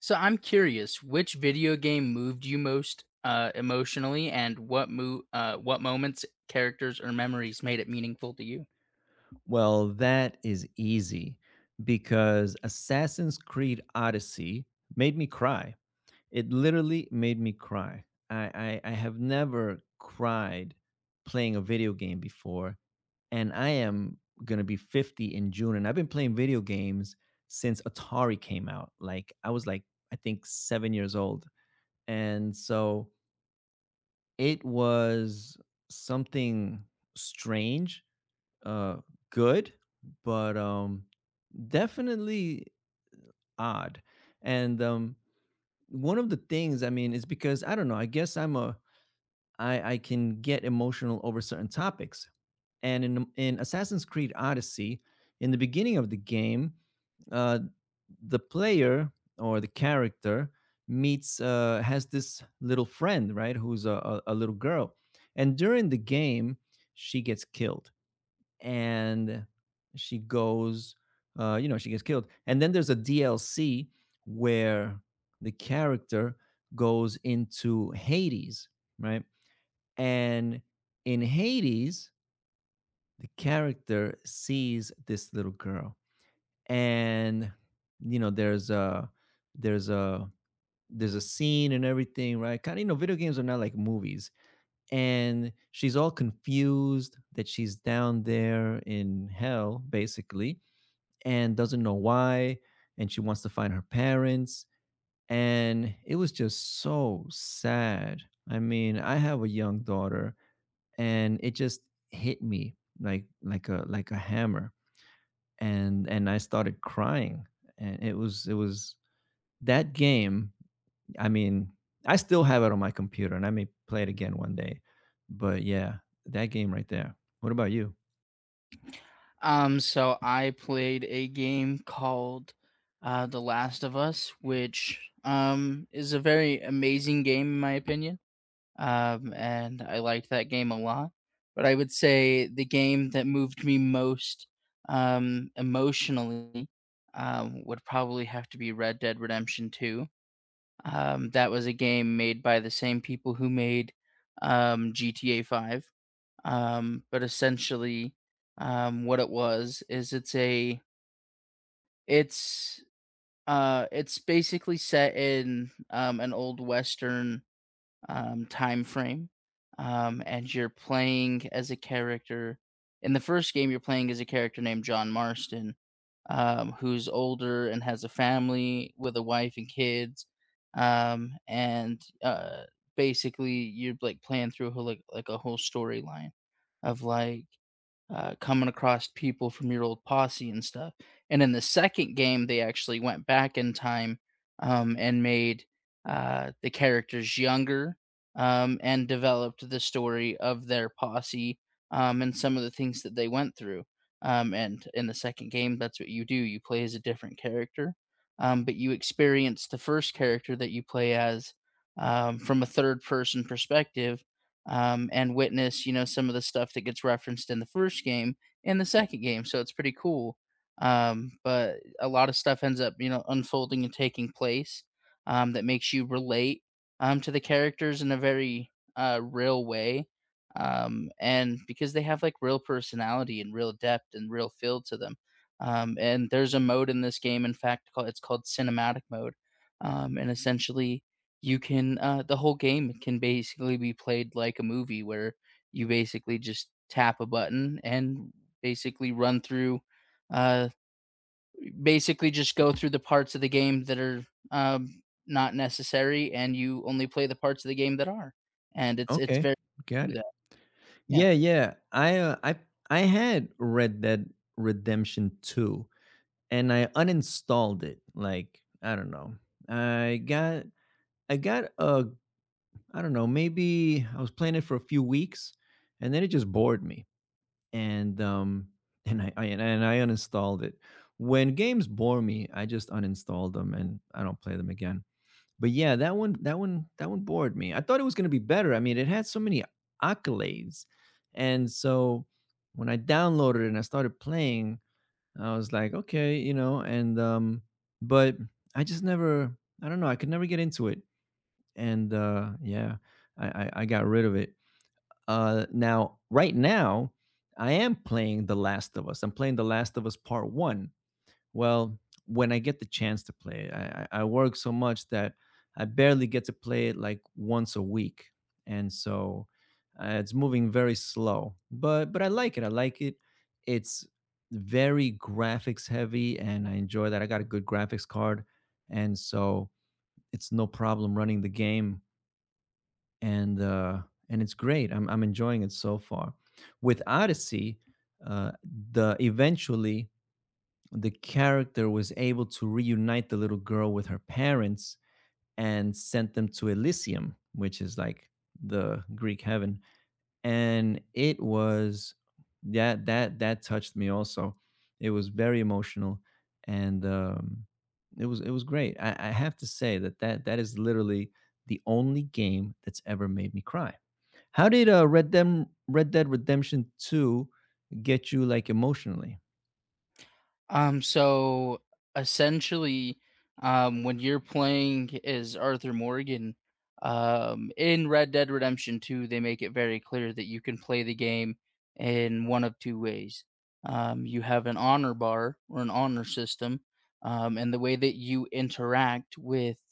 So I'm curious, which video game moved you most emotionally, and what moments, characters, or memories made it meaningful to you? Well, that is easy because Assassin's Creed Odyssey made me cry. It literally made me cry. I have never cried playing a video game before, and I am going to be 50 in June. And I've been playing video games since Atari came out. Like, I was like, I think 7 years old. And so it was something strange, uh good, but definitely odd. And one of the things, I mean is because I don't know I guess I'm a I can get emotional over certain topics. And in Assassin's Creed Odyssey, in the beginning of the game, uh the player or the character meets, has this little friend, right, who's a little girl. And during the game, she gets killed. And she goes, she gets killed. And then there's a DLC where the character goes into Hades, right? And in Hades, the character sees this little girl, and you know, there's a there's a there's a scene and everything, right? Kind of, video games are not like movies. And she's all confused that she's down there in hell, basically, and doesn't know why, and she wants to find her parents. And it was just so sad. I mean, I have a young daughter, and it just hit me like a a hammer. And I started crying. And it was that game. I mean, I still have it on my computer, and I may play it again one day. But yeah, that game right there. What about you? So I played a game called The Last of Us, which is a very amazing game in my opinion. And I liked that game a lot. But I would say the game that moved me most emotionally would probably have to be Red Dead Redemption 2. That was a game made by the same people who made GTA 5. But essentially, what it was is it's a it's it's basically set in an old western time frame, and you're playing as a character. In the first game, you're playing as a character named John Marston, who's older and has a family with a wife and kids, and basically you're like playing through a whole, like a whole storyline of coming across people from your old posse and stuff. And in the second game, they actually went back in time and made the characters younger and developed the story of their posse and some of the things that they went through. And in the second game, that's what you do. You play as a different character, but you experience the first character that you play as from a third person perspective and witness, you know, some of the stuff that gets referenced in the first game and the second game. So it's pretty cool. But a lot of stuff ends up, you know, unfolding and taking place that makes you relate to the characters in a very real way. And because they have like real personality and real depth and real feel to them. And there's a mode in this game, in fact, called, it's called cinematic mode. And essentially, you can the whole game can basically be played like a movie where you basically just tap a button and basically run through uh basically just go through the parts of the game that are not necessary and you only play the parts of the game that are and it's Okay, very got true it. that yeah. Yeah, yeah. I had Red Dead Redemption 2, and I uninstalled it, like, I don't know. I got I got a I don't know, maybe I was playing it for a few weeks and then it just bored me. And and I uninstalled it. When games bore me, I just uninstalled them and I don't play them again. But yeah, that one bored me. I thought it was gonna be better. I mean, it had so many accolades. And so when I downloaded it and I started playing, I was like, okay, and but I just never, I don't know, I could never get into it. And yeah, I got rid of it. Now, right now, I am playing The Last of Us. I'm playing The Last of Us Part One. Well, when I get the chance to play it, I work so much that I barely get to play it like once a week, and so, it's moving very slow. But I like it. I like it. It's very graphics heavy, and I enjoy that. I got a good graphics card, and so it's no problem running the game, and uh, and it's great. I'm enjoying it so far. With Odyssey, uh, the eventually the character was able to reunite the little girl with her parents and sent them to Elysium, which is like the Greek heaven. And it was that touched me also. It was very emotional, and it was great. I have to say that that is literally the only game that's ever made me cry. How did Red Dead Redemption Two get you, like, emotionally? So essentially, when you're playing as Arthur Morgan, in Red Dead Redemption 2, they make it very clear that you can play the game in one of two ways. You have an honor bar or an honor system, and the way that you interact with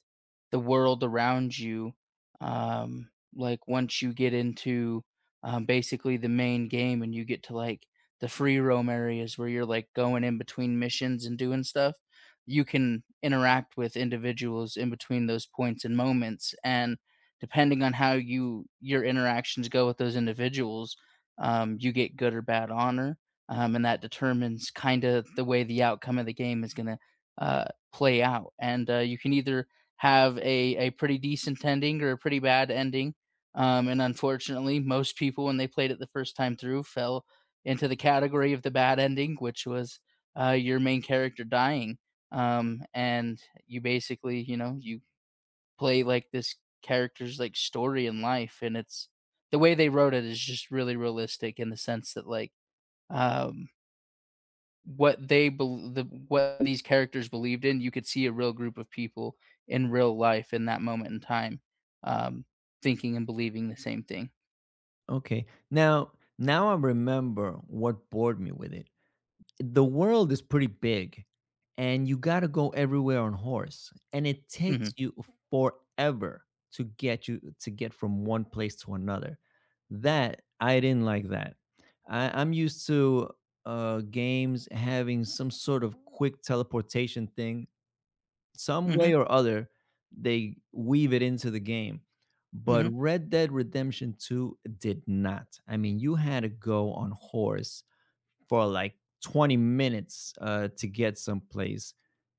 the world around you, like once you get into basically the main game and you get to like the free roam areas where you're like going in between missions and doing stuff, you can interact with individuals in between those points and moments. And depending on how your interactions go with those individuals, you get good or bad honor, and that determines kind of the way the outcome of the game is going to uh, play out. And you can either have a pretty decent ending or a pretty bad ending. And unfortunately, most people, when they played it the first time through, fell into the category of the bad ending, which was your main character dying. And you basically, you know, you play like this character's like story in life, and it's the way they wrote it is just really realistic in the sense that um, what they bel the what these characters believed in, you could see a real group of people in real life in that moment in time, um, thinking and believing the same thing. Okay. Now I remember what bored me with it. The world is pretty big and you got to go everywhere on horse and it takes Mhm. you forever to get from one place to another. That, I didn't like that. I'm used to, games having some sort of quick teleportation thing some Mhm. way or other, they weave it into the game. But Mhm. Red Dead Redemption 2 did not. I mean, you had to go on horse for like 20 minutes, to get someplace.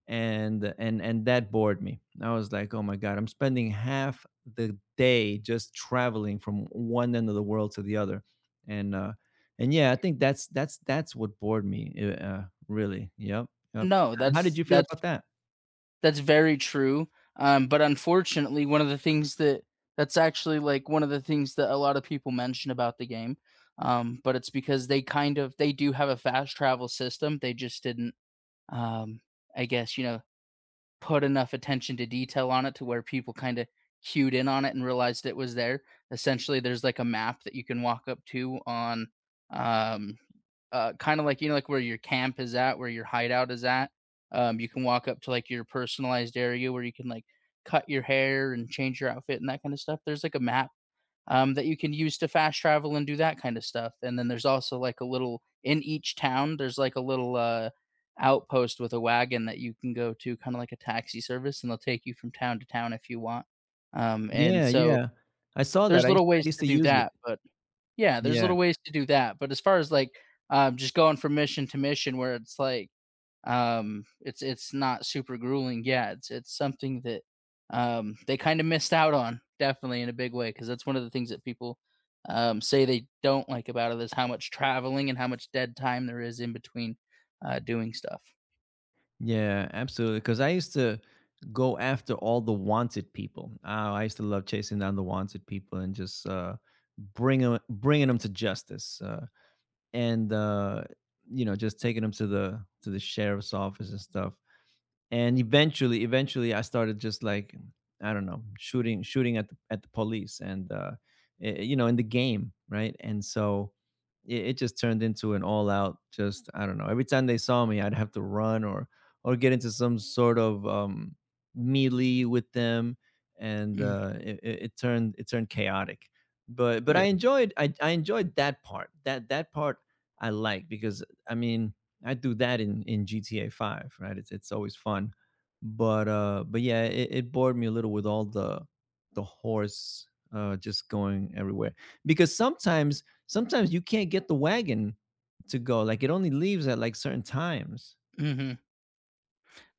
And that bored me. I was like, oh my god, I'm spending half the day just traveling from one end of the world to the other. And uh and yeah, I think that's what bored me. Really. Yep yep. No, How did that's you feel that's about that? that's very true. But unfortunately, one of the things that that's actually like one of the things that a lot of people mention about the game. But it's because they kind of they do have a fast travel system. They just didn't um, I guess, you know, put enough attention to detail on it to where people kind of cued in on it and realized it was there. Essentially, there's like a map that you can walk up to on um kind of like you know like where your camp is at, where your hideout is at. You can walk up to like your personalized area where you can like cut your hair and change your outfit and that kind of stuff. There's like a map that you can use to fast travel and do that kind of stuff. And then there's also like a little in each town. There's like a little outpost with a wagon that you can go to, kind of like a taxi service, and they'll take you from town to town if you want. And Yeah, so yeah. I saw that. there's little I ways used to to do use it. that, but yeah, there's Yeah, little ways to do that. But as far as like just going from mission to mission, where it's like it's not super grueling. Yeah, it's something that they kind of missed out on, definitely in a big way, because that's one of the things that people say they don't like about it is how much traveling and how much dead time there is in between doing stuff. yeah, absolutely. Because I used to go after all the wanted people. Oh, I used to love chasing down the wanted people and just, bringing them to justice, and, uh, you know, just taking them to the sheriff's office and stuff. And eventually I started just, like, I don't know, shooting at the, police. And you know, in the game, right? And so it just turned into an all out just, I don't know, every time they saw me I'd have to run or get into some sort of melee with them. And Mm, it turned, it turned chaotic. But but i yeah. enjoyed i I enjoyed that part, that that part, I like. Because, I mean, I do that in GTA 5, right? It's always fun. But, yeah, it bored me a little with all the, horse, just going everywhere. Because sometimes you can't get the wagon to go. Like, it only leaves at, like, certain times. Hmm.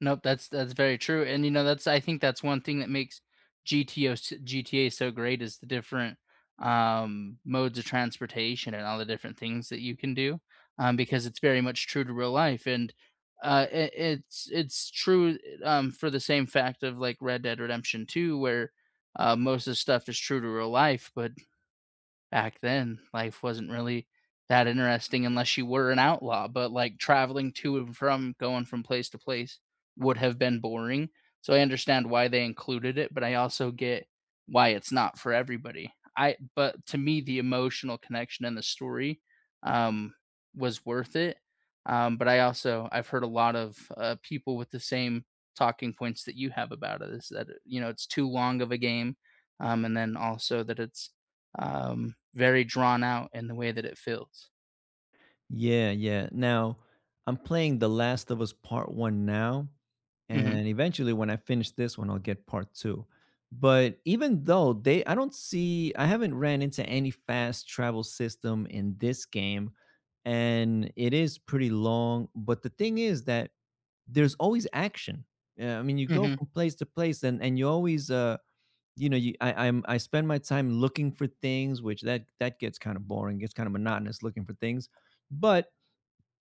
Nope, that's very true, and, you know, that's I think that's one thing that makes GTO s GTA so great is the different, modes of transportation and all the different things that you can do, because it's very much true to real life, and, it it's true, for the same fact of, like, Red Dead Redemption 2 where, most of the stuff is true to real life, but back then, life wasn't really that interesting unless you were an outlaw, but, like, traveling to and from going from place to place would have been boring, so I understand why they included it, but I also get why it's not for everybody. I but to me, the emotional connection and the story, um, was worth it, but I also I've heard a lot of, people with the same talking points that you have about it is that, you know, it's too long of a game, and then also that it's very drawn out in the way that it feels. Yeah, yeah. Now, I'm playing The Last of Us Part 1 now, Mhm, and eventually when I finish this one, I'll get Part 2. But, even though they I don't see, I haven't ran into any fast travel system in this game, and it is pretty long, but the thing is that there's always action. Yeah, I mean, you go mhm, from place to place and you always you know, I'm, I spend my time looking for things, which that gets kind of boring, gets kind of monotonous looking for things. But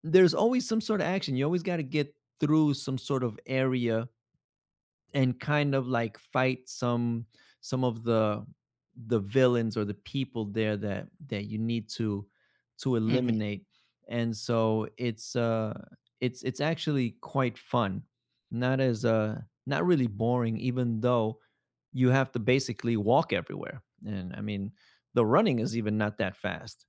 there's always some sort of action. You always gotta get through some sort of area and kind of, like, fight some of the villains or the people there that you need to mhm. eliminate, and so it's, it's actually quite fun. Not as, not really boring, even though you have to basically walk everywhere, and, I mean, the running is even not that fast.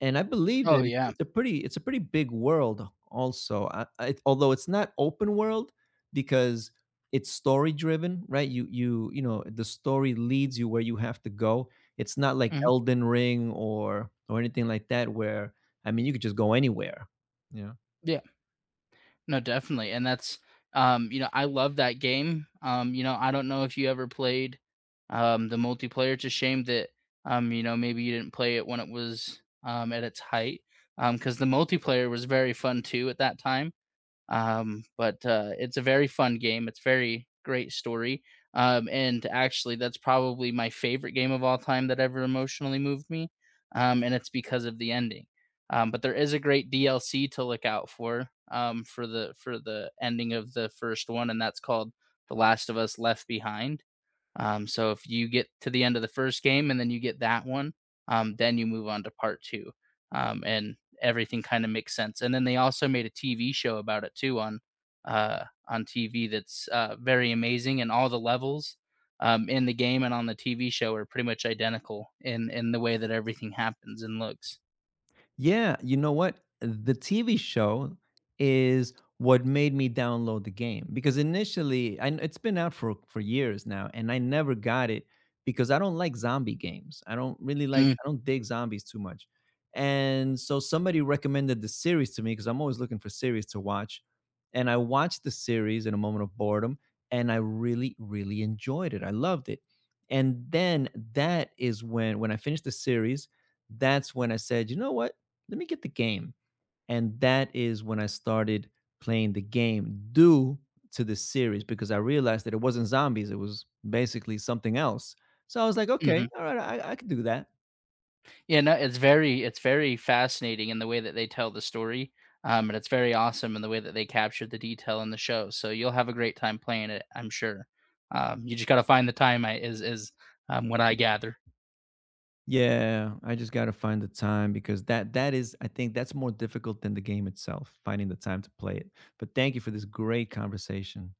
And I believe Oh, that yeah. it's a pretty, it's a pretty big world also. I, although it's not open world because it's story driven, right? You know, the story leads you where you have to go. It's not like Mhm, Elden Ring or anything like that where, I mean, you could just go anywhere. Yeah. yeah. No, definitely, and that's, you know, I love that game, you know, I don't know if you ever played, the multiplayer. It's a shame that, you know, maybe you didn't play it when it was, at its height. Because the multiplayer was very fun too at that time. But it's a very fun game. It's very great story. And actually, that's probably my favorite game of all time that ever emotionally moved me. And it's because of the ending. But there is a great DLC to look out for the ending of the first one, and that's called The Last of Us Left Behind, so if you get to the end of the first game and then you get that one, then you move on to part two, and everything kind of makes sense. And then they also made a TV show about it too on TV that's very amazing, and all the levels in the game and on the TV show are pretty much identical in the way that everything happens and looks. Yeah, you know what? The TV show is what made me download the game. Because initially, and it's been out for years now, and I never got it because I don't like zombie games. I don't really like, Mm, I don't dig zombies too much, and so somebody recommended the series to me because I'm always looking for series to watch, and I watched the series in a moment of boredom, and I really, really enjoyed it. I loved it, and then, that is when I finished the series, that's when I said, you know what? Let me get the game. And that is when I started playing the game due to the series, because I realized that it wasn't zombies, it was basically something else. So I was like, okay, mhm. all right, I could do that. Yeah, no, it's very fascinating in the way that they tell the story, and it's very awesome in the way that they captured the detail in the show, so you'll have a great time playing it, I'm sure. You just gotta find the time I what I gather. Yeah, I just gotta find the time, because that, that is, I think that's more difficult than the game itself, finding the time to play it. But thank you for this great conversation.